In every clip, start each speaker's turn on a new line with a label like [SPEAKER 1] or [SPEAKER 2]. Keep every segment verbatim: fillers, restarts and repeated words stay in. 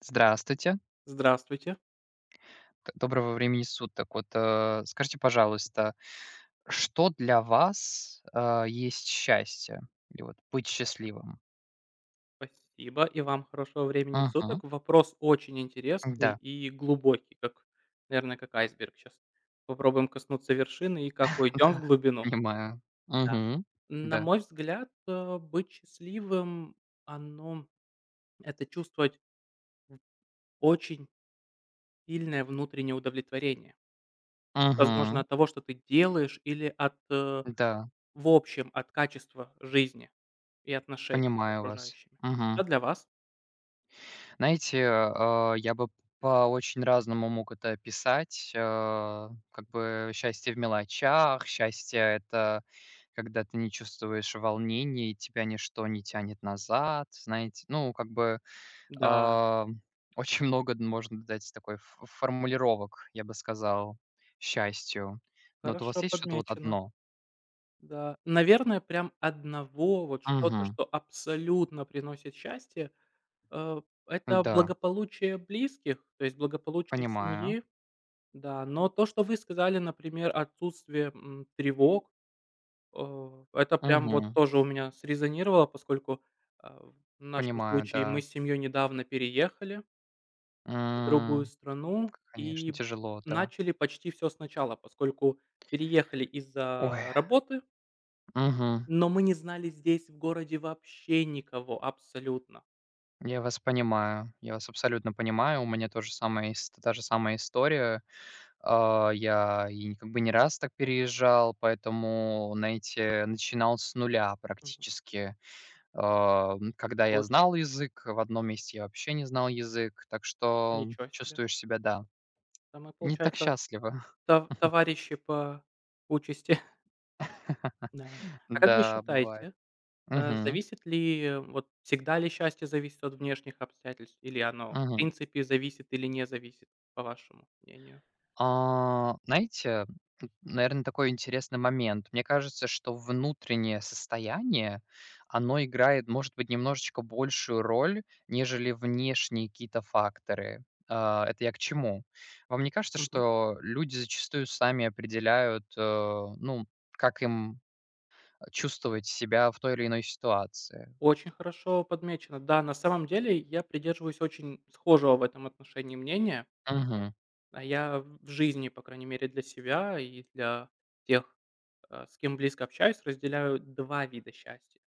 [SPEAKER 1] Здравствуйте,
[SPEAKER 2] Здравствуйте.
[SPEAKER 1] д доброго времени суток. Вот, э, скажите, пожалуйста, что для вас, а, есть счастье? Или вот быть счастливым?
[SPEAKER 2] Спасибо. И вам хорошего времени
[SPEAKER 1] Мгм.
[SPEAKER 2] суток. Вопрос очень интересный
[SPEAKER 1] Да,
[SPEAKER 2] и глубокий, как, наверное, как айсберг. Сейчас попробуем коснуться вершины и как уйдем в
[SPEAKER 1] да,
[SPEAKER 2] глубину.
[SPEAKER 1] понимаю.
[SPEAKER 2] Да.
[SPEAKER 1] Мгм.
[SPEAKER 2] На
[SPEAKER 1] Да.
[SPEAKER 2] мой взгляд, э, быть счастливым, оно это чувствовать в очень сильное внутреннее удовлетворение. Возможно,
[SPEAKER 1] Мгм.
[SPEAKER 2] от того, что ты делаешь, или от, э,
[SPEAKER 1] Да,
[SPEAKER 2] в общем, от качества жизни и отношений с
[SPEAKER 1] понимаю вас.
[SPEAKER 2] окружающими. А
[SPEAKER 1] Мгм.
[SPEAKER 2] для вас?
[SPEAKER 1] Знаете, а, я бы по очень разному мог это описать. Э, Как бы счастье в мелочах, счастье это когда ты не чувствуешь волнения, и тебя ничто не тянет назад, знаете, ну, как бы
[SPEAKER 2] Да,
[SPEAKER 1] а, очень много д- можно дать такой ф- формулировок, я бы сказал, счастью. Но вот у вас
[SPEAKER 2] хорошо
[SPEAKER 1] есть что-то вот
[SPEAKER 2] подмечено.
[SPEAKER 1] одно?
[SPEAKER 2] Да, наверное, прям одного вот что-то,
[SPEAKER 1] Угу.
[SPEAKER 2] что абсолютно приносит счастье, э, это
[SPEAKER 1] Да,
[SPEAKER 2] благополучие близких, то есть благополучие
[SPEAKER 1] понимаю.
[SPEAKER 2] семьи, да. Но то, что вы сказали, например, отсутствие, м, тревог, э, это прям вот
[SPEAKER 1] Угу.
[SPEAKER 2] тоже у меня срезонировало, поскольку, а, в нашем
[SPEAKER 1] Понимаю,
[SPEAKER 2] случае мы
[SPEAKER 1] да.
[SPEAKER 2] с семьей недавно переехали в другую
[SPEAKER 1] М.
[SPEAKER 2] страну
[SPEAKER 1] Конечно,
[SPEAKER 2] и
[SPEAKER 1] тяжело, да.
[SPEAKER 2] начали почти все сначала, поскольку переехали
[SPEAKER 1] Ой.
[SPEAKER 2] из-за работы.
[SPEAKER 1] Мгм.
[SPEAKER 2] Но мы не знали здесь, в городе, вообще никого, абсолютно.
[SPEAKER 1] Я вас понимаю. Я вас абсолютно понимаю. У меня тоже самая ис та же самая история. А, я и как бы не раз так переезжал, поэтому, знаете, начинал с нуля
[SPEAKER 2] Мгм.
[SPEAKER 1] практически. А, м, когда я
[SPEAKER 2] Получа
[SPEAKER 1] знал язык, в одном месте я вообще не знал язык, так что
[SPEAKER 2] Ничего себе.
[SPEAKER 1] чувствуешь себя, да,
[SPEAKER 2] Да мы,
[SPEAKER 1] не так
[SPEAKER 2] получается,
[SPEAKER 1] счастливо.
[SPEAKER 2] тов товарищи по участи. Да. А как вы
[SPEAKER 1] Да, бывает.
[SPEAKER 2] считаете, э,
[SPEAKER 1] Угу.
[SPEAKER 2] зависит ли, э, вот всегда ли счастье зависит от внешних обстоятельств, или оно в
[SPEAKER 1] Мгм.
[SPEAKER 2] принципе зависит или не зависит, по вашему мнению?
[SPEAKER 1] А, знаете, наверное, такой интересный момент. Мне кажется, что внутреннее состояние, оно играет, может быть, немножечко большую роль, нежели внешние какие-то факторы. А, это я к чему? Вам не кажется,
[SPEAKER 2] Мгм.
[SPEAKER 1] что люди зачастую сами определяют, э, ну, как им чувствовать себя в той или иной ситуации?
[SPEAKER 2] Очень хорошо подмечено. Да, на самом деле я придерживаюсь очень схожего в этом отношении мнения.
[SPEAKER 1] Мгм.
[SPEAKER 2] А я в в жизни, по крайней мере, для себя и для тех э, с кем близко общаюсь, разделяю два вида счастья.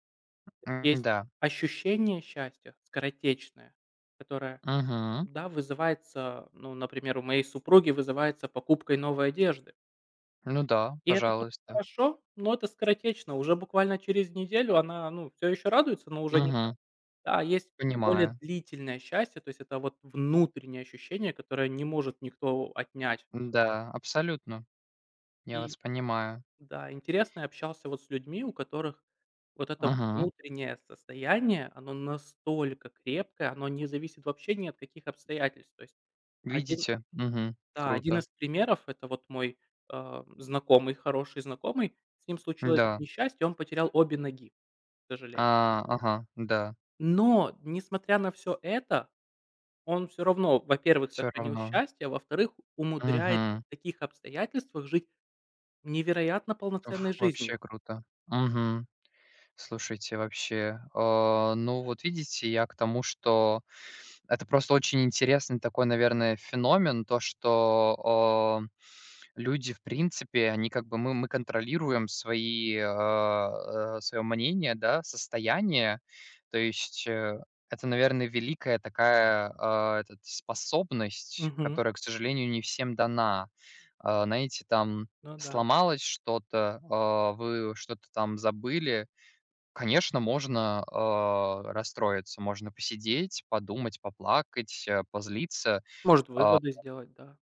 [SPEAKER 2] Есть
[SPEAKER 1] Да.
[SPEAKER 2] ощущение счастья скоротечное, которое,
[SPEAKER 1] Мгм.
[SPEAKER 2] да, вызывается, ну, например, у моей супруги вызывается покупкой новой одежды.
[SPEAKER 1] Ну да,
[SPEAKER 2] И это тоже
[SPEAKER 1] пожалуйста.
[SPEAKER 2] хорошо, но это скоротечно. Уже буквально через неделю она, ну, все еще радуется, но уже не так.
[SPEAKER 1] Мгм.
[SPEAKER 2] Да, есть более
[SPEAKER 1] Понимаю.
[SPEAKER 2] длительное счастье, то есть это вот внутреннее ощущение, которое не может никто отнять.
[SPEAKER 1] Да, абсолютно. Я вас
[SPEAKER 2] И
[SPEAKER 1] понимаю.
[SPEAKER 2] Да, интересно, я общался вот с людьми, у которых вот это
[SPEAKER 1] Мгм.
[SPEAKER 2] внутреннее состояние, оно настолько крепкое, оно не зависит вообще ни от каких обстоятельств. То есть один,
[SPEAKER 1] Видите? Мгм.
[SPEAKER 2] да, один
[SPEAKER 1] Круто.
[SPEAKER 2] из примеров — это вот мой, э, знакомый, хороший знакомый. С ним случилось
[SPEAKER 1] Да.
[SPEAKER 2] несчастье, он потерял обе ноги, к
[SPEAKER 1] А,
[SPEAKER 2] сожалению.
[SPEAKER 1] ага, да.
[SPEAKER 2] Но, несмотря на все это, он все равно, во-первых,
[SPEAKER 1] Все
[SPEAKER 2] сохранил
[SPEAKER 1] равно.
[SPEAKER 2] счастье, а во-вторых, умудряется
[SPEAKER 1] Мгм.
[SPEAKER 2] в таких обстоятельствах жить невероятно полноценной
[SPEAKER 1] Ф Вообще
[SPEAKER 2] жизнью.
[SPEAKER 1] круто. Мгм. Слушайте, вообще, а, ну, вот видите, я к тому, что это просто очень интересный такой, наверное, феномен, то, что, а, люди, в принципе, они как бы мы мы контролируем свои, а, э, свое мнение, да, состояние. То есть, э, это, наверное, великая такая, а, этот, способность,
[SPEAKER 2] Мгм.
[SPEAKER 1] которая, к сожалению, не всем дана. А, знаете, там
[SPEAKER 2] Ну да.
[SPEAKER 1] сломалось что-то, а, вы что-то там забыли. Конечно, можно, а, расстроиться, можно посидеть, подумать, поплакать, э, позлиться,
[SPEAKER 2] Может,
[SPEAKER 1] а,
[SPEAKER 2] выводы сделать, да.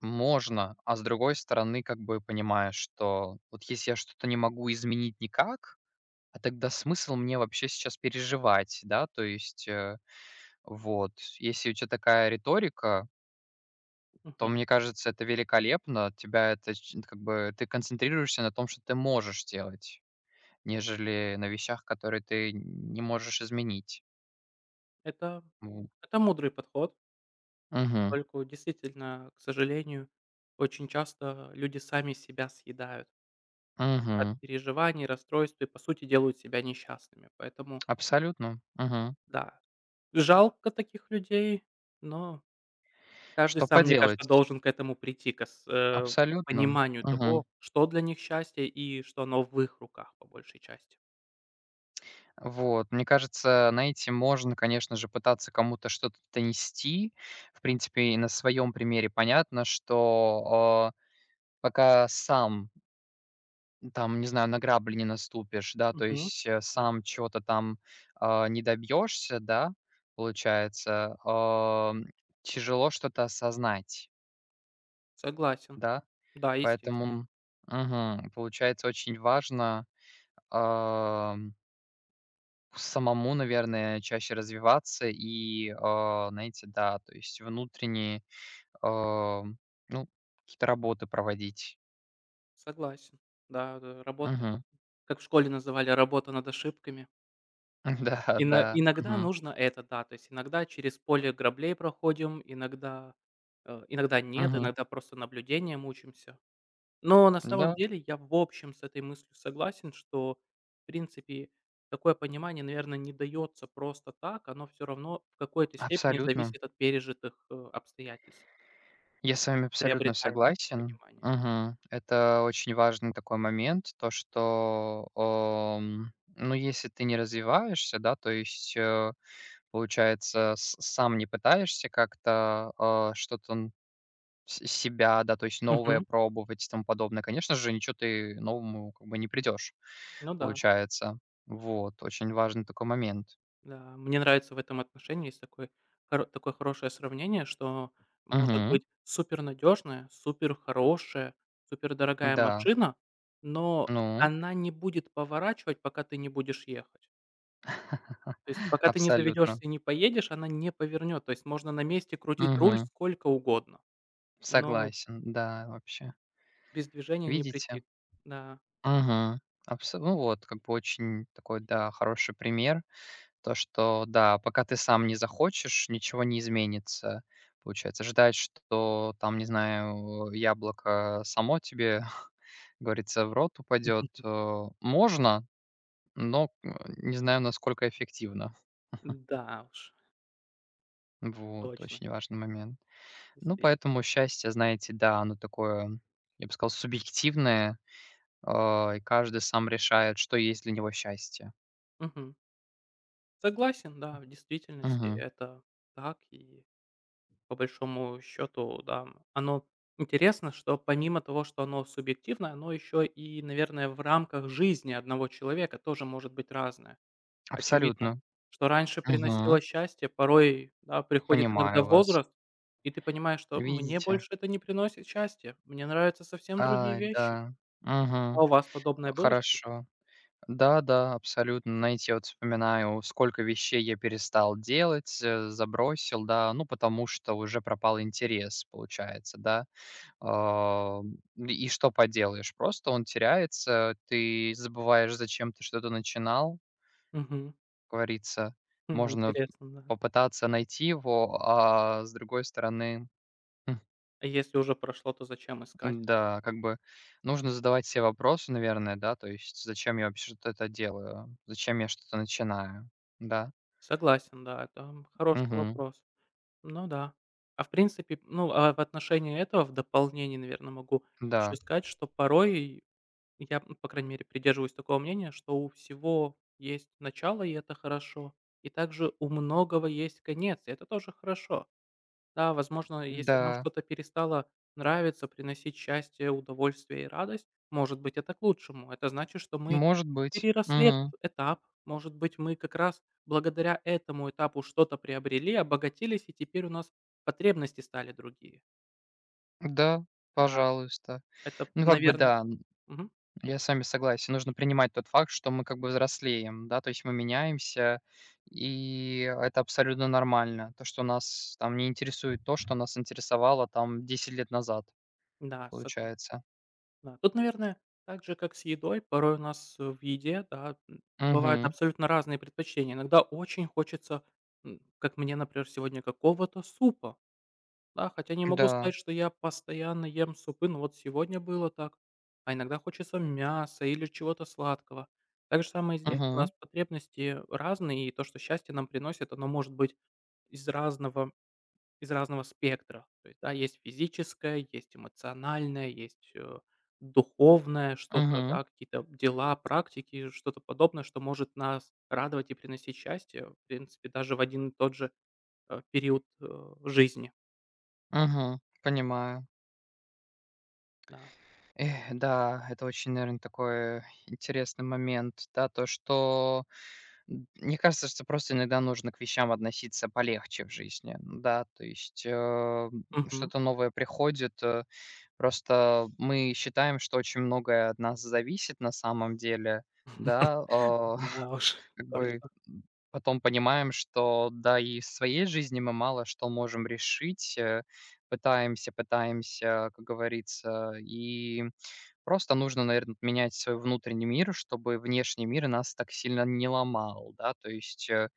[SPEAKER 1] можно. А с другой стороны, как бы понимаешь, что вот если я что-то не могу изменить никак, а тогда смысл мне вообще сейчас переживать, да? То есть, э, вот, если у тебя такая риторика, то,
[SPEAKER 2] Мгм.
[SPEAKER 1] мне кажется, это великолепно. Тебя это ч как бы ты концентрируешься на том, что ты можешь делать, нежели на вещах, которые ты не можешь изменить.
[SPEAKER 2] Это это мудрый подход,
[SPEAKER 1] Мгм,
[SPEAKER 2] поскольку действительно, к сожалению, очень часто люди сами себя съедают от
[SPEAKER 1] мгм.
[SPEAKER 2] переживаний, расстройств и, по сути, делают себя несчастными. Поэтому,
[SPEAKER 1] Абсолютно. Мгм.
[SPEAKER 2] да, жалко таких людей, но каждый
[SPEAKER 1] Что
[SPEAKER 2] сам, мне кажется,
[SPEAKER 1] поделать?
[SPEAKER 2] должен к этому прийти, к с э,
[SPEAKER 1] Абсолютно.
[SPEAKER 2] пониманию того,
[SPEAKER 1] Мгм.
[SPEAKER 2] что для них счастье и что оно в их руках по большей части.
[SPEAKER 1] Вот. Мне кажется, знаете, можно, конечно же, пытаться кому-то что-то донести. В принципе, и на своем примере понятно, что, э, пока сам, там, не знаю, на грабли не наступишь, да, то
[SPEAKER 2] Мгм.
[SPEAKER 1] есть, э,
[SPEAKER 2] Да,
[SPEAKER 1] сам чего-то там, а, не добьешься, да, получается, ам, тяжело что-то осознать,
[SPEAKER 2] согласен.
[SPEAKER 1] да.
[SPEAKER 2] Да, естественно,
[SPEAKER 1] Поэтому, мгм, получается, очень важно, ам, самому, наверное, чаще развиваться и, а, знаете, да, то есть внутренние, ам, ну, какие-то работы проводить.
[SPEAKER 2] согласен. Да, да, работает.
[SPEAKER 1] Мгм.
[SPEAKER 2] Как в школе называли "работа над ошибками".
[SPEAKER 1] Да,
[SPEAKER 2] Ино
[SPEAKER 1] да.
[SPEAKER 2] иногда
[SPEAKER 1] Мгм.
[SPEAKER 2] нужно это, да. То есть иногда через поле граблей проходим, иногда, э, иногда нет,
[SPEAKER 1] Мгм.
[SPEAKER 2] иногда просто наблюдением учимся. Но на самом
[SPEAKER 1] Да,
[SPEAKER 2] деле я в общем с этой мыслью согласен, что, в принципе, такое понимание, наверное, не дается просто так. Оно всё равно в какой-то степени
[SPEAKER 1] абсолютно.
[SPEAKER 2] зависит от пережитых, э, обстоятельств. То
[SPEAKER 1] Я
[SPEAKER 2] есть
[SPEAKER 1] с вами
[SPEAKER 2] это
[SPEAKER 1] абсолютно
[SPEAKER 2] приобретаемое
[SPEAKER 1] согласен.
[SPEAKER 2] понимание.
[SPEAKER 1] Мгм. Это очень важный такой момент, то, что, ам, ну, если ты не развиваешься, да, то есть, э получается, с сам не пытаешься как-то, а, что-то н с себя, да, то есть новое
[SPEAKER 2] Мгм.
[SPEAKER 1] пробовать и тому подобное. Конечно же, ничего ты новому как бы не придешь,
[SPEAKER 2] Ну да.
[SPEAKER 1] получается. Вот, очень важный такой момент.
[SPEAKER 2] Да, мне нравится в этом отношении, есть такой хоро такое хорошее сравнение, что может
[SPEAKER 1] Мгм.
[SPEAKER 2] быть супер супер надежная, супер хорошая, супер дорогая
[SPEAKER 1] Да,
[SPEAKER 2] машина, но
[SPEAKER 1] ну,
[SPEAKER 2] она не будет поворачивать, пока ты не будешь ехать. То есть пока ты не заведешься
[SPEAKER 1] абсолютно.
[SPEAKER 2] и не поедешь, она не повернет. То есть можно на месте крутить руль
[SPEAKER 1] Мгм.
[SPEAKER 2] сколько угодно, но
[SPEAKER 1] Согласен, да, вообще.
[SPEAKER 2] без движения не
[SPEAKER 1] Видите?
[SPEAKER 2] прийти. Да,
[SPEAKER 1] Мгм. Абсо Ну вот, как бы очень такой, да, хороший пример. То, что да, пока ты сам не захочешь, ничего не изменится. Получается, ждать, что там, не знаю, яблоко само тебе, говорится, в рот упадет, э, можно, но э, не знаю, насколько эффективно.
[SPEAKER 2] да уж,
[SPEAKER 1] Вот,
[SPEAKER 2] точно,
[SPEAKER 1] очень важный момент. Ну,
[SPEAKER 2] действи
[SPEAKER 1] поэтому счастье, знаете, да, оно такое, я бы сказал, субъективное, э, и каждый сам решает, что есть для него счастье.
[SPEAKER 2] Мгм. Согласен, да, в действительности
[SPEAKER 1] Мгм.
[SPEAKER 2] это так и по большому счету, да. Оно интересно, что помимо того, что оно субъективное, оно еще и, наверное, в рамках жизни одного человека тоже может быть разное. Очевидно,
[SPEAKER 1] Абсолютно.
[SPEAKER 2] что раньше приносило
[SPEAKER 1] Мгм.
[SPEAKER 2] счастье, порой, да, приходит иногда
[SPEAKER 1] Понимаю вас.
[SPEAKER 2] возраст, и ты понимаешь, что мне
[SPEAKER 1] Видите?
[SPEAKER 2] больше это не приносит счастья, мне нравятся совсем другие
[SPEAKER 1] Ай,
[SPEAKER 2] вещи.
[SPEAKER 1] да. Мгм.
[SPEAKER 2] А у вас подобное было что-то?
[SPEAKER 1] Хорошо. Да-да, абсолютно. Знаете, я вот вспоминаю, сколько вещей я перестал делать, э, забросил, да, ну, потому что уже пропал интерес, получается, да. А, и что поделаешь, просто он теряется, ты забываешь, зачем ты что-то начинал,
[SPEAKER 2] Мгм.
[SPEAKER 1] как говорится.
[SPEAKER 2] Хм,
[SPEAKER 1] Можно
[SPEAKER 2] интересно, да.
[SPEAKER 1] попытаться найти его, а с другой стороны.
[SPEAKER 2] А если уже прошло, то зачем искать?
[SPEAKER 1] М-да, как бы нужно задавать се вопросы, наверное, да, то есть: «Зачем я вообще что-то это делаю? Зачем я что-то начинаю?» Да.
[SPEAKER 2] Согласен, да, это хороший
[SPEAKER 1] Угу.
[SPEAKER 2] вопрос. Ну да. А в принципе, ну, а в отношении этого, в дополнение, наверное, могу еще
[SPEAKER 1] Да.
[SPEAKER 2] сказать, что порой я, м, по крайней мере, придерживаюсь такого мнения, что у всего есть начало, и это хорошо, и также у многого есть конец, и это тоже хорошо. Да, возможно, если нам
[SPEAKER 1] Да.
[SPEAKER 2] что-то перестало нравиться, приносить счастье, удовольствие и радость, может быть, это к лучшему. Это значит, что мы
[SPEAKER 1] Может быть.
[SPEAKER 2] переросли этот
[SPEAKER 1] Угу.
[SPEAKER 2] этап. Может быть, мы как раз благодаря этому этапу что-то приобрели, обогатились, и теперь у нас потребности стали другие.
[SPEAKER 1] Да,
[SPEAKER 2] Да,
[SPEAKER 1] пожалуйста.
[SPEAKER 2] это,
[SPEAKER 1] Ну, как бы
[SPEAKER 2] наверное
[SPEAKER 1] да, м, я с вами согласен. Нужно принимать тот факт, что мы как бы взрослеем, да, то есть мы меняемся, и это абсолютно нормально. То, что нас там не интересует то, что нас интересовало там десять лет назад,
[SPEAKER 2] Да, согласен.
[SPEAKER 1] получается.
[SPEAKER 2] Да. Тут, наверное, так же, как с едой, порой у нас, э, в еде, да, м, бывают
[SPEAKER 1] Угу.
[SPEAKER 2] абсолютно разные предпочтения. Иногда очень хочется, м, как мне, например, сегодня какого-то супа. Да, хотя не могу
[SPEAKER 1] Да.
[SPEAKER 2] сказать, что я постоянно ем супы, но вот сегодня было так. А иногда хочется мяса или чего-то сладкого. Так же самое и здесь. У
[SPEAKER 1] Угу,
[SPEAKER 2] нас потребности разные, и то, что счастье нам приносит, оно может быть из разного, из разного спектра. То есть, да, есть физическое, есть эмоциональное, есть э, духовное что-то,
[SPEAKER 1] угу.
[SPEAKER 2] да, какие-то дела, практики, что-то подобное, что может нас радовать и приносить счастье, в принципе, даже в один и тот же э, период э, жизни.
[SPEAKER 1] Мгм. Понимаю.
[SPEAKER 2] Да.
[SPEAKER 1] Эх, да, это очень, наверное, такой интересный момент, да, то, что м, мне кажется, что просто иногда нужно к вещам относиться полегче в жизни, да, то есть э, м,
[SPEAKER 2] Мгм.
[SPEAKER 1] что-то новое приходит, э, просто мы считаем, что очень многое от нас зависит на самом деле, да, а,
[SPEAKER 2] Да уж,
[SPEAKER 1] как бы,
[SPEAKER 2] точно.
[SPEAKER 1] м, потом понимаем, что, да, и в своей жизни мы мало что можем решить. Э, пытаемся, пытаемся, как говорится, и просто нужно, наверное, менять свой внутренний мир, чтобы внешний мир нас так сильно не ломал, да. То есть, э,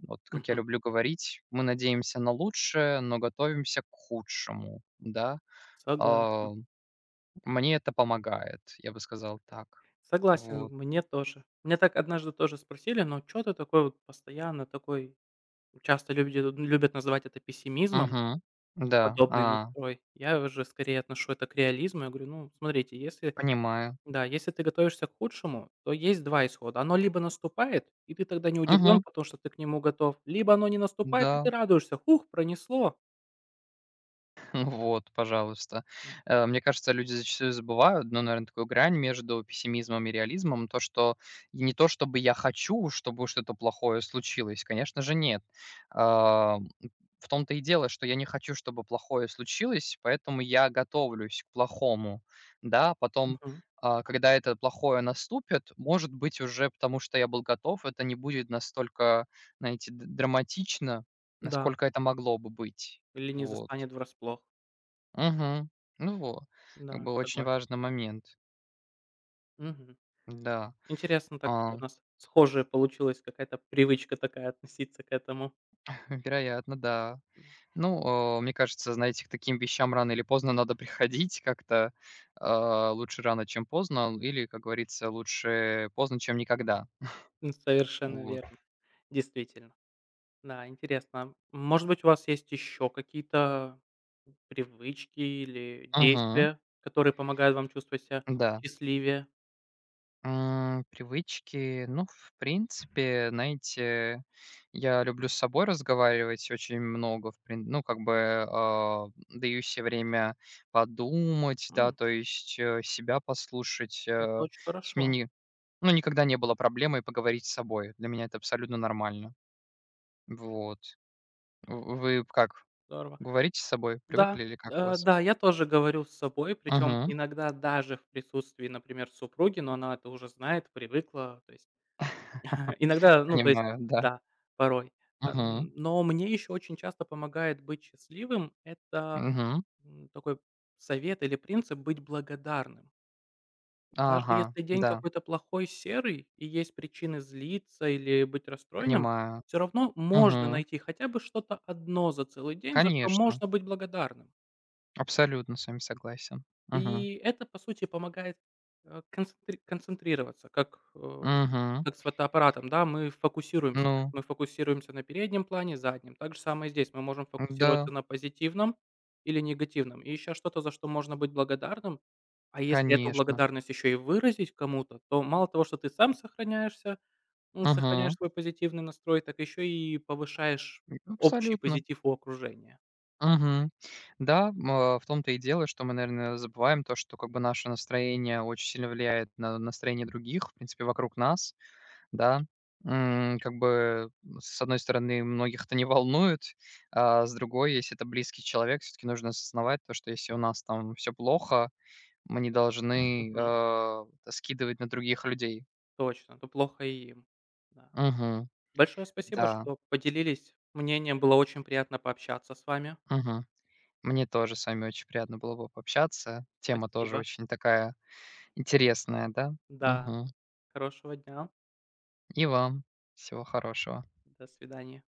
[SPEAKER 1] вот как я
[SPEAKER 2] Мгм.
[SPEAKER 1] люблю говорить, мы надеемся на лучшее, но готовимся к худшему, да. А,
[SPEAKER 2] Согласен.
[SPEAKER 1] мне это помогает, я бы сказал так.
[SPEAKER 2] Согласен,
[SPEAKER 1] Вот.
[SPEAKER 2] мне тоже. Меня так однажды тоже спросили: «Но что ты такой вот постоянно такой?» Часто люди любят называть это пессимизмом,
[SPEAKER 1] Угу. Да,
[SPEAKER 2] подобный
[SPEAKER 1] а,
[SPEAKER 2] настрой. Я уже скорее отношу это к реализму. Я говорю: «Ну, смотрите, если,
[SPEAKER 1] понимаю.
[SPEAKER 2] да, если ты готовишься к худшему, то есть два исхода. Оно либо наступает, и ты тогда не удивлен,
[SPEAKER 1] Мгм.
[SPEAKER 2] потому что ты к нему готов, либо оно не наступает, и ты
[SPEAKER 1] Да.
[SPEAKER 2] радуешься: "Хух, пронесло"».
[SPEAKER 1] Вот, пожалуйста. Э, мне кажется, люди зачастую забывают, ну, наверное, такую грань между пессимизмом и реализмом, то, что и не то, чтобы я хочу, чтобы что-то плохое случилось, конечно же, нет. А, в том-то и дело, что я не хочу, чтобы плохое случилось, поэтому я готовлюсь к плохому, да, потом,
[SPEAKER 2] Мгм.
[SPEAKER 1] а, когда это плохое наступит, может быть, уже потому что я был готов, это не будет настолько, знаете, д- драматично,
[SPEAKER 2] Да,
[SPEAKER 1] насколько это могло бы быть.
[SPEAKER 2] или не
[SPEAKER 1] Вот.
[SPEAKER 2] застанет врасплох.
[SPEAKER 1] Мгм. Ну вот, как
[SPEAKER 2] Да,
[SPEAKER 1] бы очень
[SPEAKER 2] согласен.
[SPEAKER 1] важный момент.
[SPEAKER 2] Мгм.
[SPEAKER 1] Да,
[SPEAKER 2] Интересно так, что
[SPEAKER 1] а,
[SPEAKER 2] у нас схожая получилась какая-то привычка такая относиться к этому.
[SPEAKER 1] вероятно, да.
[SPEAKER 2] М,
[SPEAKER 1] Ну, а, мне кажется, знаете, к таким вещам рано или поздно надо приходить как-то. А, лучше рано, чем поздно, или, как говорится, лучше поздно, чем никогда.
[SPEAKER 2] м, совершенно
[SPEAKER 1] Вот.
[SPEAKER 2] верно. Действительно. Да, интересно. а Может быть, у вас есть еще какие-то привычки или
[SPEAKER 1] Мгм.
[SPEAKER 2] действия, которые помогают вам чувствовать себя
[SPEAKER 1] Да.
[SPEAKER 2] счастливее?
[SPEAKER 1] М, привычки, ну, в принципе, знаете, я люблю с собой разговаривать очень много, в прин ну, как бы, а, даю себе время подумать, да,
[SPEAKER 2] М,
[SPEAKER 1] то есть, э, себя послушать, э.
[SPEAKER 2] это
[SPEAKER 1] То
[SPEAKER 2] очень
[SPEAKER 1] есть мне
[SPEAKER 2] хорошо.
[SPEAKER 1] ни ну, никогда не было проблемы поговорить с собой. Для меня это абсолютно нормально. Вот. В вы как,
[SPEAKER 2] Здорово.
[SPEAKER 1] говорите с собой?
[SPEAKER 2] Да,
[SPEAKER 1] Привыкли или как у
[SPEAKER 2] э,
[SPEAKER 1] вас?
[SPEAKER 2] да, я тоже говорю с собой, причем
[SPEAKER 1] Мгм.
[SPEAKER 2] иногда даже в присутствии, например, супруги, но она это уже знает, привыкла. То есть Э, иногда, ну, то есть,
[SPEAKER 1] Понимаю, да.
[SPEAKER 2] да, порой. Эм,
[SPEAKER 1] Мгм.
[SPEAKER 2] но мне еще очень часто помогает быть счастливым — это,
[SPEAKER 1] Мгм.
[SPEAKER 2] м, такой совет или принцип быть благодарным. Даже
[SPEAKER 1] Ага,
[SPEAKER 2] если день
[SPEAKER 1] да,
[SPEAKER 2] какой-то плохой, серый и есть причины злиться или быть расстроенным,
[SPEAKER 1] понимаю.
[SPEAKER 2] все равно можно
[SPEAKER 1] Мгм.
[SPEAKER 2] найти хотя бы что-то одно за целый день, за что
[SPEAKER 1] Конечно,
[SPEAKER 2] можно быть благодарным.
[SPEAKER 1] абсолютно с вами согласен. Мгм.
[SPEAKER 2] И это, по сути, помогает, э, концентри концентрироваться, как, э,
[SPEAKER 1] Мгм.
[SPEAKER 2] как с фотоаппаратом, да, мы фокусируемся. То есть
[SPEAKER 1] Ну
[SPEAKER 2] мы фокусируемся на переднем плане, заднем. Так же самое здесь. Мы можем фокусироваться
[SPEAKER 1] да,
[SPEAKER 2] на позитивном или негативном. И еще что-то, за что можно быть благодарным. А если эту
[SPEAKER 1] конечно.
[SPEAKER 2] благодарность еще и выразить кому-то, то мало того, что ты сам сохраняешься, м, сохраняешь
[SPEAKER 1] Мгм.
[SPEAKER 2] свой позитивный настрой, так еще и повышаешь
[SPEAKER 1] М,
[SPEAKER 2] общий
[SPEAKER 1] абсолютно.
[SPEAKER 2] позитив у окружения.
[SPEAKER 1] Мгм. Да, м, а, в том-то и дело, что мы, наверное, забываем то, что как бы наше настроение очень сильно влияет на настроение других, в принципе, вокруг нас, да. М, как бы, с одной стороны, многих это не волнует, а с другой, если это близкий человек, все-таки нужно осознавать то, что если у нас там все плохо. Мы не должны,
[SPEAKER 2] Мгм.
[SPEAKER 1] а, скидывать на других людей.
[SPEAKER 2] Точно, то плохо и им. Да.
[SPEAKER 1] Мгм.
[SPEAKER 2] Большое спасибо,
[SPEAKER 1] Да.
[SPEAKER 2] что поделились мнением. Было очень приятно пообщаться с вами.
[SPEAKER 1] Мгм. Мне тоже с вами очень приятно было бы пообщаться. Тема тоже
[SPEAKER 2] Спасибо.
[SPEAKER 1] очень такая интересная, да.
[SPEAKER 2] Да.
[SPEAKER 1] Мгм.
[SPEAKER 2] Хорошего дня.
[SPEAKER 1] И вам всего хорошего.
[SPEAKER 2] До свидания.